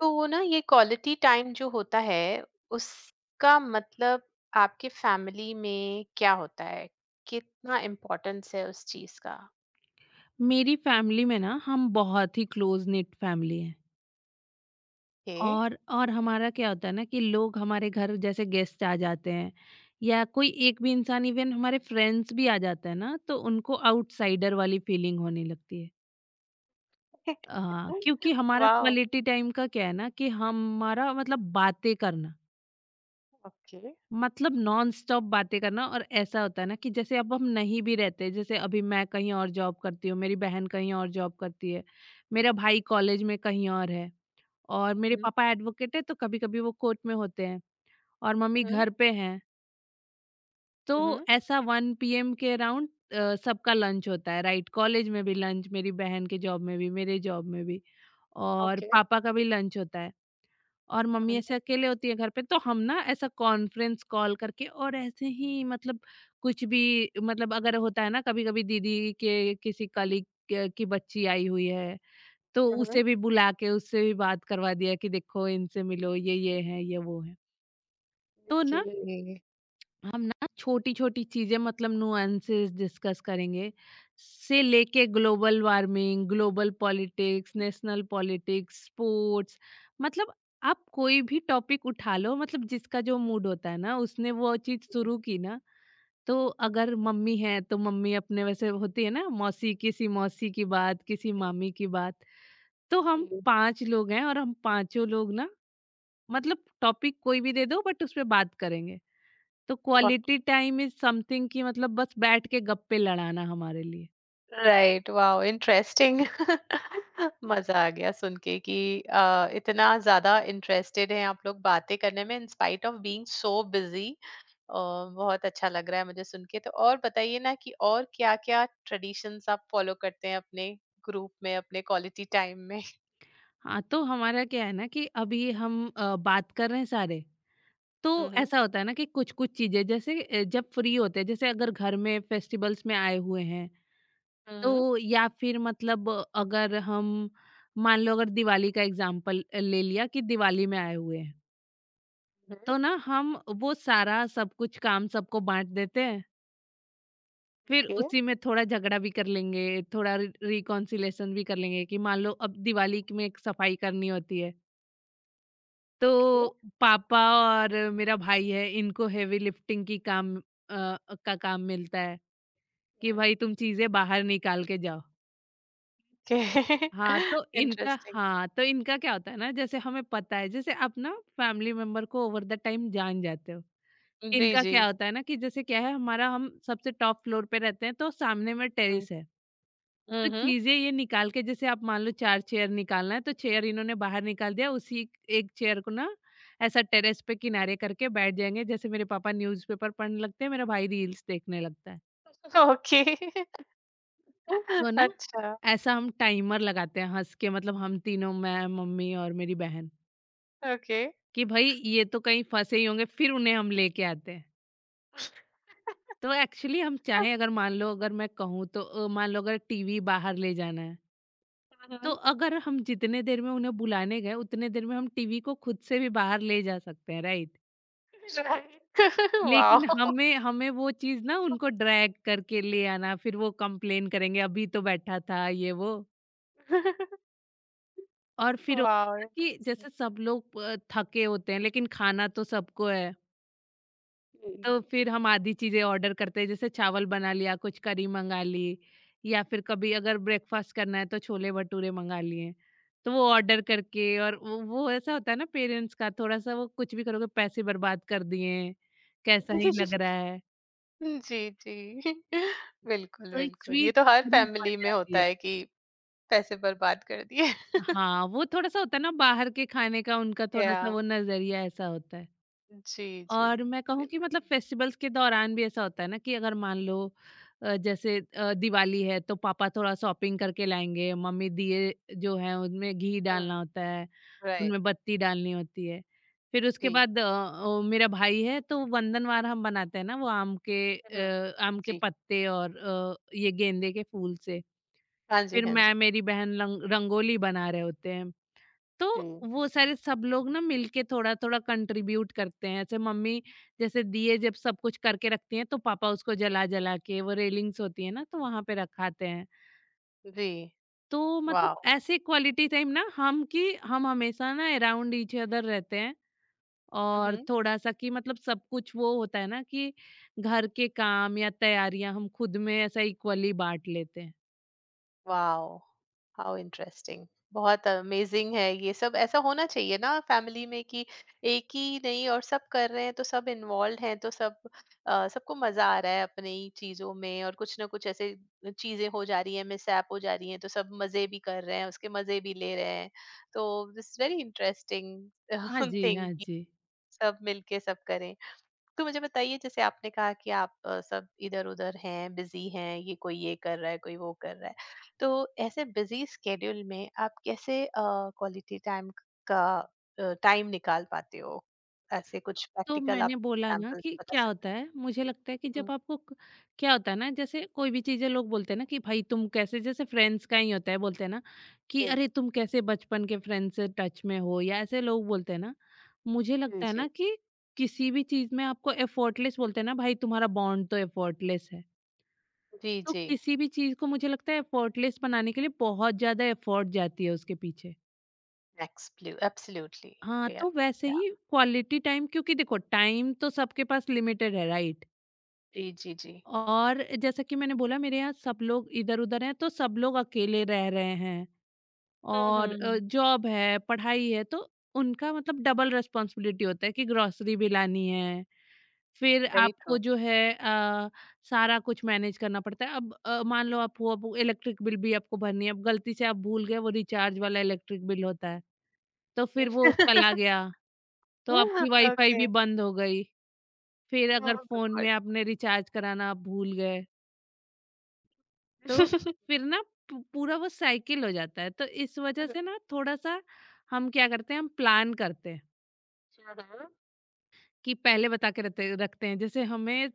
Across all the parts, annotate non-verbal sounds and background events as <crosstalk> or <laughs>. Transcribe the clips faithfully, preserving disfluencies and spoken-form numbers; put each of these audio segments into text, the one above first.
तो वो ना ये क्वालिटी टाइम जो होता है उसका मतलब आपके फैमिली में क्या होता है? कितना इम्पोर्टेंस है उस चीज़ का? मेरी फैमिली में ना हम बहुत ही क्लोज knit फैमिली हैं। ओके। और और हमारा क्या होता है ना कि लोग हमारे घर जैसे गेस्ट आ जाते हैं, या कोई एक भी इंसान इवन हमारे फ्रेंड्स भी आ जाता है ना तो उनको आउटसाइडर वाली फीलिंग होने लगती है। <laughs> हाँ, क्योंकि हमारा वाओ! क्वालिटी टाइम का क्या है ना कि हमारा मतलब बातें करना, ओके। मतलब नॉन स्टॉप बातें करना। और ऐसा होता है ना कि जैसे अब हम नहीं भी रहते, जैसे अभी मैं कहीं और जॉब करती हूँ, मेरी बहन कहीं और जॉब करती है, मेरा भाई कॉलेज में कहीं और है, और मेरे हुँ, पापा एडवोकेट है तो कभी-कभी वो कोर्ट में होते हैं, और मम्मी हुँ, घर पे हैं। तो हुँ, हुँ, ऐसा 1 पीएम के अराउंड अ, सबका लंच होता है, राइट। कॉलेज में भी लंच, मेरी बहन के जॉब में भी, मेरे जॉब में भी, और ओके। पापा का भी लंच होता है, और मम्मी हुँ, ऐसे अकेले होती है घर पे। तो हम ना ऐसा कॉन्फ्रेंस कॉल करके, और ऐसे ही मतलब कुछ भी, मतलब अगर होता है ना कभी-कभी दीदी के किसी कलीग क की बच्ची आई हुई है, तो हुँ, उसे भी बुला के उससे भी बात करवा दिया कि देखो इनसे मिलो, ये ये है, ये वो है। तो ओके। ना, हम ना छोटी-छोटी चीज़ें मतलब नुआंसेस डिस्कस करेंगे, से लेके global warming, global politics, national politics, sports, मतलब आप कोई भी टॉपिक उठा लो, मतलब जिसका जो मूड होता है ना उसने वो चीज़ शुरू की ना। तो अगर मम्मी है तो मम्मी अपने वैसे होती है ना, मौसी किसी मौसी की बात, किसी मामी की बात। तो हम पाँच लोग हैं, और हम पाँचों लोग ना, मतलब टॉपिक कोई भी दे दो बट उस पे बात करेंगे। तो हुँ, क्वालिटी टाइम इज़ समथिंग कि मतलब बस बैठ के गप्पे लड़ाना हमारे लिए। राइट। Wow, interesting. <laughs> मजा आ गया सुन के कि अ, इतना ज्यादा इंटरेस्टेड हैं आप लोग बातें करने में in spite of being so busy. बहुत अच्छा लग रहा है मुझे सुन के। तो और बताइए ना कि और क्या-क्या ट्रेडिशंस आप फॉलो करते हैं अपने ग्रुप में, अपने क्वालिटी टाइम में। हाँ, तो हमारा क्या है ना कि अभी हम अ, बात कर रहे हैं सारे, तो हम्म। ऐसा होता है ना कि कुछ-कुछ चीज़ें, जैसे अ, जब फ्री होते हैं, जैसे अगर घर में फेस्टिवल्स में आए हुए हैं, हम्म। तो या फिर मतलब अगर हम, मान लो अगर दिवाली का एग्ज़ाम्पल ले लिया कि दिवाली में आए हुए हैं। तो ना हम वो सारा सब कुछ काम सबको बांट देते हैं, फिर ओके। उसी में थोड़ा झगड़ा भी कर लेंगे, थोड़ा रिकॉन्सिलेशन भी कर लेंगे, कि मान लो अब दिवाली की में एक सफाई करनी होती है। तो ओके। पापा और मेरा भाई है, इनको हेवी लिफ्टिंग की काम अ, का काम मिलता है कि भाई तुम चीजें बाहर निकाल के जाओ। ओके। हाँ तो इनका इंटरेस्टिंग। हाँ तो इनका क्या होता है ना, जैसे हमें पता है, जैसे आप ना फैमिली मेंबर को ओवर द टाइम जान जाते हो। <laughs> जी इनका जी। क्या होता है ना कि जैसे क्या है हमारा, हम सबसे टॉप फ्लोर पे रहते हैं तो सामने में हम्म। टेरेस है। तो हम्म। चीज़ें ये निकाल के, जैसे आप मान लो चार चेयर निकालना है तो चेयर इन्होंने बाहर निकाल दिया, उसी एक चेयर को ना ऐसा टेरेस पे किनारे करके बैठ जाएँगे, जैसे मेरे पापा न्यूज़पेपर पढ़ने लगते हैं, मेरा भाई रील्स देखने लगता है। ओके। तो <laughs> ना अच्छा। ऐसा हम टाइमर लगाते हैं हँस के, मतलब हम तीनों, मैं, मम्मी और मेरी बहन, ओके। कि भई ये तो कहीं फँसे ही होंगे, फिर उन्हें हम लेके आते हैं। तो एक्चुअली हम चाहें, अगर मान लो अगर मैं कहूँ तो अ, मान लो अगर टीवी बाहर ले जाना है, तो हम्म। अगर हम जितने देर में उन्हें बुलाने गए उतने देर में हम टीवी को खुद से भी बाहर ले जा सकते हैं, राइट। राइट। लेकिन वाओ! हमें हमें वो चीज ना उनको ड्रैग करके ले आना, फिर वो कंप्लेन करेंगे अभी तो बैठा था ये वो। और फिर होता है वाओ! ना कि <laughs> जैसे सब लोग अ, थके होते हैं, लेकिन खाना तो सबको है। <laughs> जी। तो फिर हम आधी चीज़ें ऑर्डर करते हैं, जैसे चावल बना लिया, कुछ करी मँगा ली, या फिर कभी अगर ब्रेकफ़ास्ट करना है तो छोले-भटूरे मँगा लिए। तो वो ऑर्डर करके, और वो वो ऐसा होता है ना, पेरेंट्स का थोड़ा-सा वो, कुछ भी करोगे पैसे बर्बाद कर दिए, कैसा ही लग रहा है। <laughs> जी। जी। <laughs> बिल्कुल, तो एक बिल्कुल। ये स्वीट तो हर मेमोरीज़ बन फैमिली में जाती होता है। है कि पैसे बर्बाद कर दिए। <laughs> हाँ, वो थोड़ा-सा होता है ना, बाहर के खाने का उनका या थोड़ा-सा वो नज़रिया ऐसा होता है। जी, जी। और मैं कहूँ कि बिल्कुल। मतलब फेस्टिवल्स के दौरान भी ऐसा होता है ना कि अगर मान लो अ, जैसे अ, दिवाली है, तो पापा थोड़ा शॉपिंग करके लाएंगे, मम्मी दिए जो हैं उनमें घी डालना हुँ, होता है, राइट। उनमें बत्ती डालनी होती है, फिर उसके जी। बाद अ, अ, मेरा भाई है तो वंदनवार हम बनाते हैं ना, वो आम के हुँ, हुँ। अ, आम के जी। पत्ते और अ, ये गेंदे के फूल से। हाँ जी, फिर हाँ जी। मैं, मेरी बहन लंग- रंगोली बना रहे होते हैं, तो जी, वो सारे सब लोग ना मिलके थोड़ा-थोड़ा कंट्रीब्यूट करते हैं। ऐसे मम्मी जैसे दिए जब सब कुछ करके रखती हैं, तो पापा उसको जला-जला के, वो रेलिंग्स होती है ना, तो वहाँ पे रखाते हैं। जी। तो मतलब वाओ! ऐसे क्वालिटी टाइम ना हम, कि हम हमेशा ना अराउंड ईच अदर रहते हैं, हुँ, और हुँ। थोड़ा-सा कि मतलब सब कुछ वो होता है ना कि घर के काम या तैयारियाँ हम खुद में ऐसा इक्वली बाँट लेते हैं। वाओ! How interesting. बहुत अमेजिंग है ये सब। ऐसा होना चाहिए ना फैमिली में कि एक ही नहीं और सब कर रहे हैं, तो सब इन्वॉल्व हैं, तो सब अ, सबको मजा आ रहा है अपनी ही चीजों में, और कुछ ना कुछ ऐसे चीजें हो जा रही है, मिसहैप हो जा रही हैं तो सब मजे भी कर रहे हैं, उसके मजे भी ले रहे हैं। तो दिस वेरी इंटरेस्टिंग थिंग हाँ जी, <laughs> हाँ कि जी। सब मिलके सब करें। तो मुझे बताइए, जैसे आपने कहा कि आप अ, सब इधर-उधर हैं, बिजी हैं, ये कोई ये कर रहा है, कोई वो कर रहा है। तो ऐसे बिजी स्केड्यूल में आप कैसे अ, क्वालिटी टाइम का अ, टाइम निकाल पाते हो? ऐसे कुछ तो प्रैक्टिकल आप मैंने बोला ना एग्जांपल्स कि बता क्या सकते होता हैं? है, मुझे लगता है कि हुँ, जब आपको क- क्या होता है ना, जैसे कोई भी चीजें लोग बोलते हैं ना कि भाई तुम कैसे, जैसे फ्रेंड्स का ही होता है बोलते हैं ना कि जी, अरे तुम कैसे बचपन के फ्रेंड्स से टच में हो, या ऐसे लोग बोलते हैं ना। मुझे लगता है जी, ना कि किसी भी चीज में आपको एफर्टलेस बोलते हैं ना, भाई तुम्हारा बॉन्ड तो एफर्टलेस है। जी, तो जी। किसी भी चीज को मुझे लगता है एफर्टलेस बनाने के लिए बहुत ज्यादा एफर्ट जाती है उसके पीछे। एक्सप्लू एब्सोल्युटली, हाँ, तो रियली, वैसे या ही क्वालिटी टाइम, क्योंकि देखो टाइम तो सबके पास लिमिटेड है, राइट। जी, जी, जी। और जैसा कि मैंने बोला मेरे यहाँ सब लोग इधर-उधर हैं, तो सब लोग अकेले रह रहे हैं, हुँ, और हुँ, अ, हुँ। जॉब है, पढ़ाई है, तो उनका मतलब डबल रिस्पॉन्सिबिलिटी होता है कि ग्रोसरी भी लानी है, फिर वेरी ट्रू। आपको जो है अ, सारा कुछ मैनेज करना पड़ता है। अब अ, मान लो आप हो, अब इलेक्ट्रिक बिल भी आपको भरनी है, अब गलती से आप भूल गए, वो रिचार्ज वाला इलेक्ट्रिक बिल होता है, तो फिर वो चला <laughs> गया, तो आपकी वाई-फाई ओके, भी बंद हो गई। फिर अगर ओह फ़ोन में गॉड! आपने रिचार्ज कराना आप भूल गए, तो फिर ना पू- पूरा वो साइकिल हो जाता है, तो इस वजह हुँ, हुँ। से ना थोड़ा सा हम क्या करते हैं, हम प्लान करते हैं <laughs> कि पहले बता के रखते रखते हैं, जैसे हमें अ,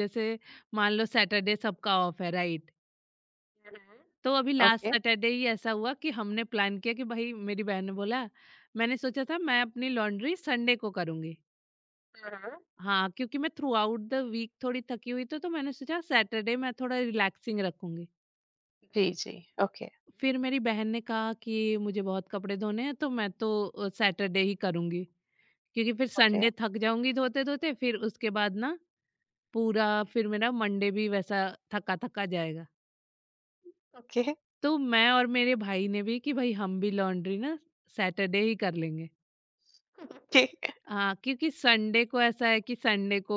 जैसे मान लो सैटरडे सबका ऑफ है, राइट। हुँ, हुँ। तो अभी लास्ट ओके। सैटरडे ही ऐसा हुआ कि हमने प्लान किया, कि भाई, मेरी बहन ने बोला मैंने सोचा था मैं अपनी लॉन्ड्री संडे को करूंगी, हाँ, हाँ। हाँ क्योंकि मैं थ्रू आउट द वीक थोड़ी थकी हुई, तो तो मैंने सोचा सैटरडे मैं थोड़ा रिलैक्सिंग रखूंगी। जी, जी। ओके, फिर मेरी बहन ने कहा कि मुझे बहुत कपड़े धोने हैं तो मैं तो अ, सैटरडे ही करूँगी, क्योंकि फिर ओके, संडे थक जाऊँगी धोते-धोते, फिर उसके बाद ना पूरा फिर मेरा मंडे भी वैसा थका-थका जाएगा। ओके, तो मैं और मेरे भाई ने भी, कि भाई हम भी लॉन्ड्री ना सैटरडे ही कर लेंगे। ओके। हाँ, क्योंकि संडे को ऐसा है कि संडे को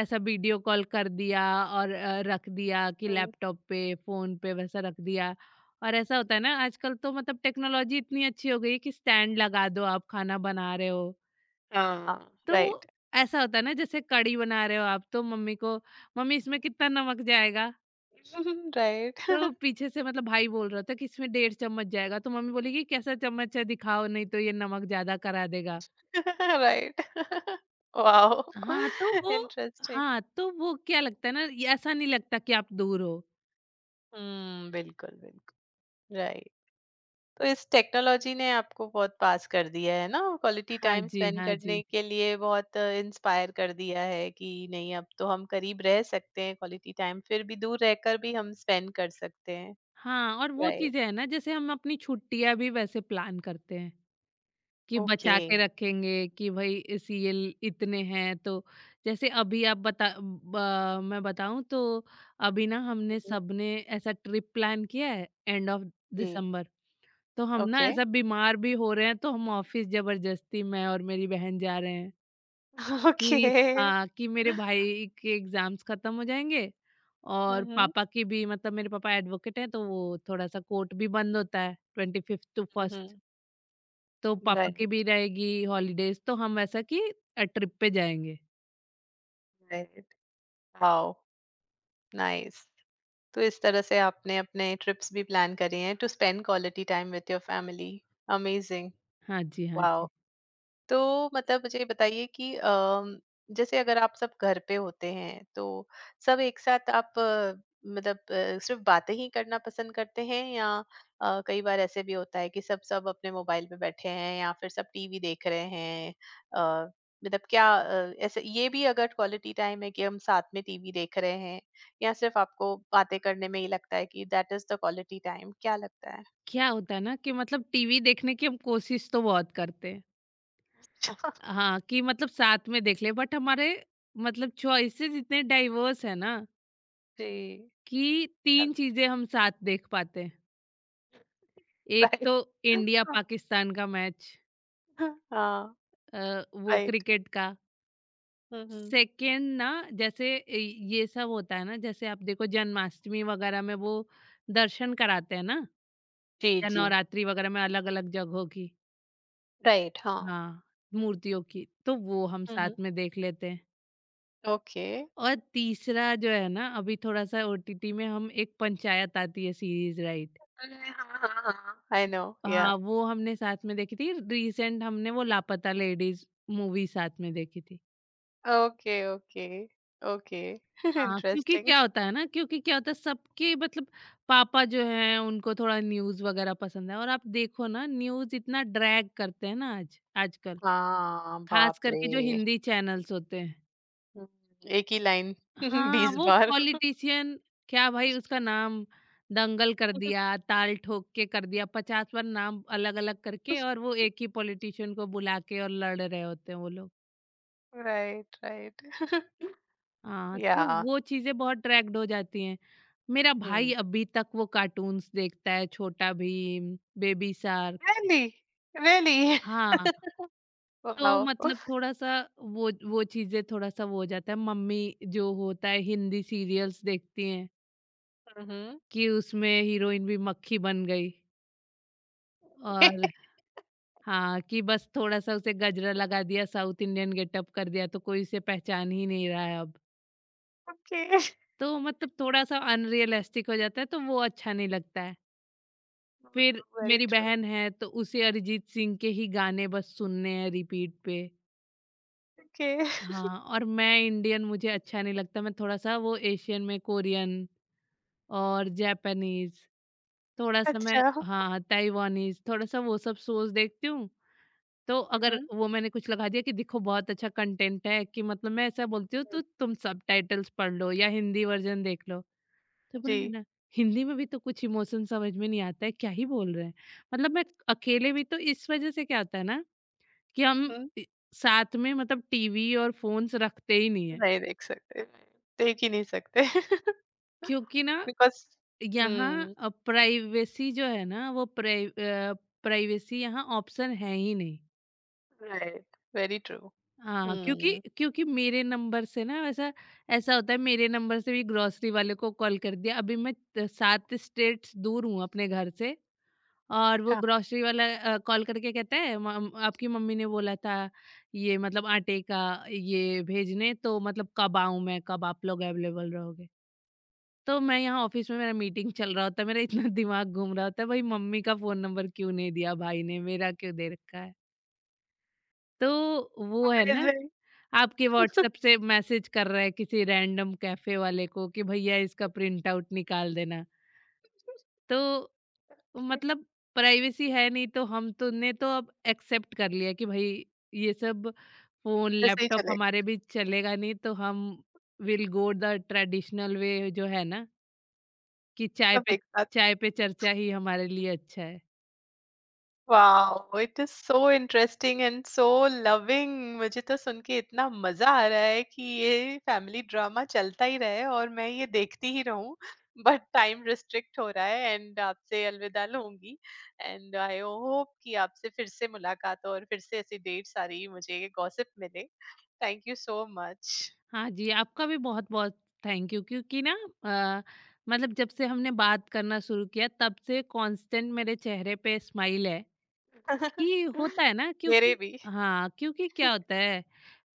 ऐसा वीडियो कॉल कर दिया, और अ, रख दिया कि हुँ। लैपटॉप पे, फ़ोन पे वैसा रख दिया। और ऐसा होता है ना आजकल तो मतलब टेक्नोलॉजी इतनी अच्छी हो गई है कि स्टैंड लगा दो आप खाना बना रहे हो। हाँ, तो राइट, ऐसा होता है ना, जैसे कढ़ी बना रहे हो आप तो मम्मी को, मम्मी इसमें कितना नमक जाएगा? तो राइट, पीछे से मतलब भाई बोल रहा था कि इसमें डेढ़ चम्मच जाएगा, तो मम्मी बोलेगी कैसा चम्मच है दिखाओ, नहीं तो ये नमक ज़्यादा करा देगा। राइट। वाओ! हाँ, तो वो इंटरेस्टिंग। <laughs> हाँ, तो वो क्या लगता है ना, ये ऐसा नहीं लगता कि आप दूर हो। <laughs> हुँ, बिल्कुल, बिल्कुल, राइट। तो इस टेक्नोलॉजी ने आपको बहुत पास कर दिया है ना, क्वालिटी हाँ टाइम जी, स्पेंड हाँ करने जी। के लिए बहुत इंस्पायर कर दिया है कि नहीं, अब तो हम करीब रह सकते हैं, क्वालिटी टाइम फिर भी दूर रहकर भी हम स्पेंड कर सकते हैं। हाँ, और वो राइट, चीज़ें हैं ना, जैसे हम अपनी छुट्टियाँ भी वैसे प्लान करते हैं, कि ओके। बचा के रखेंगे कि भई अ, सीरियल इतने हैं तो जैसे अभी आप बता ब मैं बताऊँ तो अभी ना हमने सबने ऐसा ट्रिप प्लान किया है एंड ऑफ जी, दिसंबर। तो हम ना ओके। ऐसा बीमार भी हो रहे हैं, तो हम ऑफ़िस ज़बरदस्ती मैं और मेरी बहन जा रहे हैं। <laughs> कि Okay। हाँ, कि मेरे भाई के एग्ज़ाम्स ख़त्म हो जाएँगे हुँ, और हुँ, पापा की भी, मतलब मेरे पापा एडवोकेट हैं, तो वो थोड़ा-सा कोर्ट भी बंद होता है ट्वेंटी फ़िफ़्थ टू हुँ, फ़र्स्ट। तो पापा की राइट, भी रहेगी हॉलीडेज़, तो हम ऐसा कि अ, ट्रिप पे जाएँगे। Right, wow! नाइस। तो इस तरह से आपने अपने ट्रिप्स भी प्लान करी हैं to spend quality time with your family. Amazing, हाँ जी, हाँ वाओ! जी। तो मतलब मुझे ये बताइए कि अम, जैसे अगर आप सब घर पे होते हैं तो सब एक साथ आप, अ, मतलब, अ, सिर्फ बातें ही करना पसंद करते हैं या अ, कई बार ऐसे भी होता है कि सब सब अपने मोबाइल पे बैठे हैं या फिर सब टीवी देख रहे हैं। अ, मतलब क्या अ, ऐसे ये भी अगर क्वालिटी टाइम है कि हम साथ में टीवी देख रहे हैं, या सिर्फ आपको बातें करने में ही लगता है कि that is the quality time, क्या लगता है? क्या होता है ना कि मतलब टीवी देखने की हम कोशिश तो बहुत करते हैं। <laughs> हाँ, कि मतलब साथ में देख ले, बट हमारे मतलब चॉइसेस इतने डाइवर्स हैं ना जी। कि तीन चीज़ें हम साथ देख पाते हैं। एक राइट। तो इंडिया <laughs> पाकिस्तान का मैच, हाँ। अ, वो राइट। क्रिकेट का। हुँ, हुँ। सेकंड ना जैसे ये ये सब होता है ना, जैसे आप देखो जन्माष्टमी वगैरह में वो दर्शन कराते हैं ना, जी, या जी। नवरात्रि वगैरह में अलग अलग जगहों की। राइट, हाँ। हाँ, मूर्तियों की, तो वो हम हुँ, हुँ। साथ में देख लेते हैं। ओके। और तीसरा जो है ना, अभी थोड़ा सा ओटीटी में हम एक पंचायत आती है सीरीज, राइट। अरे! हाँ, हाँ, हाँ। आई नो, या। हाँ, वो हमने साथ में देखी थी। रिसेंट हमने वो लापता लेडीज मूवी साथ में देखी थी। Okay, okay, okay. हाँ, क्योंकि इंटरेस्टिंग। क्या <laughs> होता है ना क्योंकि क्या होता है सबके मतलब पापा जो हैं उनको थोड़ा न्यूज़ वगैरह पसंद है, और आप देखो ना न्यूज़ इतना ड्रैग करते हैं ना आज आजकल, हाँ, खास बाप करके जो रे! हिंदी चैनल्स होते हैं। हुँ, एक ही लाइन <laughs> हाँ, बीस वो बार। पॉलिटिशियन क्या भाई उसका नाम, दंगल कर दिया, ताल ठोक के कर दिया, पचास बार नाम अलग-अलग करके, और वो <laughs> एक ही पॉलिटिशियन को बुला के और लड़ रहे होते हैं वो लोग। Right, right. <laughs> हाँ, तो या। वो चीज़ें बहुत ट्रैक्ड हो जाती हैं। मेरा हुँ। भाई अभी तक वो कार्टून्स देखता है, Chhota Bheem, baby shark. Really? Really? हाँ, तो वाओ! मतलब थोड़ा-सा वो वो चीज़ें थोड़ा-सा वो हो जाता है। मम्मी जो होता है हिंदी सीरियल्स देखती हैं हुँ, हुँ। कि उसमें हीरोइन भी मक्खी बन गई और हाँ, कि बस थोड़ा-सा उसे गजरा लगा दिया, साउथ इंडियन गेटअप कर दिया, तो कोई उसे पहचान ही नहीं रहा है अब। ओके। तो मतलब थोड़ा-सा अनरियलिस्टिक हो जाता है, तो वो अच्छा नहीं लगता है। फिर वेरी मेरी ट्रू। बहन है तो उसे अरिजीत सिंह के ही गाने बस सुनने हैं रिपीट पे। ओके, <laughs> हाँ, और मैं इंडियन मुझे अच्छा नहीं लगता, मैं थोड़ा-सा वो एशियन में कोरियन और जापानीज़, थोड़ा-सा मैं अच्छा। हुँ, हाँ, ताइवानीज़, थोड़ा-सा वो सब शोज़ देखती हूँ। तो हुँ। अगर वो मैंने कुछ लगा दिया कि देखो बहुत अच्छा कंटेंट है, कि मतलब मैं ऐसा बोलती हूँ तो <laughs> तुम सबटाइटल्स पढ़ लो या हिंदी वर्ज़न देख लो। तो बोला जी। ना हिंदी में भी तो कुछ इमोशन समझ में नहीं आता है क्या ही बोल रहे हैं। मतलब मैं अकेले भी तो इस वजह से क्या होता है ना कि हुँ, हम हुँ। इ- साथ में मतलब टीवी और फोन्स रखते ही नहीं है, नहीं देख सकते, देख ही नहीं सकते। क्योंकि <laughs> ना बिकॉज़ हुँ, यहाँ प्राइवेसी जो है ना वो, प्राइवेसी यहाँ ऑप्शन है ही नहीं। Right, very true. हाँ, क्योंकि हुँ, क्योंकि मेरे नंबर से ना वैसा ऐसा होता है, मेरे नंबर से भी ग्रोसरी वाले को कॉल कर दिया। अभी मैं त- सात स्टेट्स दूर हूँ अपने घर से, और वो हाँ, ग्रोसरी वाला अ, कॉल करके कहता है, "मम आपकी मम्मी ने बोला था ये मतलब आटे का ये भेजने, तो मतलब कब आऊँ मैं? कब आप लोग अवेलेबल रहोगे?" तो मैं यहाँ ऑफिस में मेरा मीटिंग चल रहा होता है, मेरा इतना <laughs> दिमाग घूम रहा होता है, भाई मम्मी का फ़ोन नंबर क्यों नहीं दिया भाई ने, मेरा क्यों दे रखा है? तो वो है ना, वैसे ही। आपके व्हाट्सएप से मैसेज कर रहा है किसी रैंडम कैफ़े वाले को कि भैया इसका प्रिंट आउट निकाल देना। तो मतलब प्राइवेसी है नहीं, तो हम तो ने तो अब एक्सेप्ट कर लिया कि भाई ये सब फोन वैसे ही लैपटॉप हमारे चलेगा। बीच चलेगा, नहीं तो हम will go the traditional way जो है ना, कि चाय सब पे एक साथ। चाय पे चर्चा ही हमारे लिए अच्छा है। Wow! It is so interesting and so loving. मुझे तो सुन के इतना मज़ा आ रहा है कि ये फैमिली ड्रामा चलता ही रहे और मैं ये देखती ही रहूँ। बट टाइम रिस्ट्रिक्ट हो रहा है एंड आपसे अलविदा लूँगी, एंड आई होप कि आपसे फिर से मुलाकात हो और फिर से ऐसी ढेर सारी मुझे गॉसिप मिले। Thank you so much. हाँ जी, आपका भी बहुत-बहुत थैंक यू, क्योंकि ना अ, मतलब जब से हमने बात करना शुरू किया तब से कांस्टेंट मेरे चेहरे पे स्माइल है। <laughs> ये होता है ना मेरे क्योंकि भी, हाँ, क्योंकि क्या होता है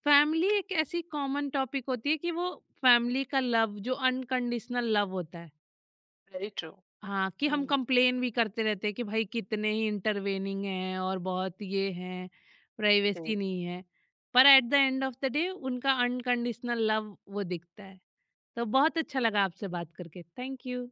फैमिली एक ऐसी कॉमन टॉपिक होती है कि वो, फैमिली का लव जो अनकंडीशनल लव होता है। Very true. हाँ, कि हुँ, हम कंप्लेन भी करते रहते हैं कि भाई कितने ही इंटरवेनिंग हैं और बहुत ये हैं, प्राइवेसी जी। नहीं है, पर at the end of the day उनका अनकंडीशनल लव वो दिखता है। तो बहुत अच्छा लगा आपसे बात करके, थैंक यू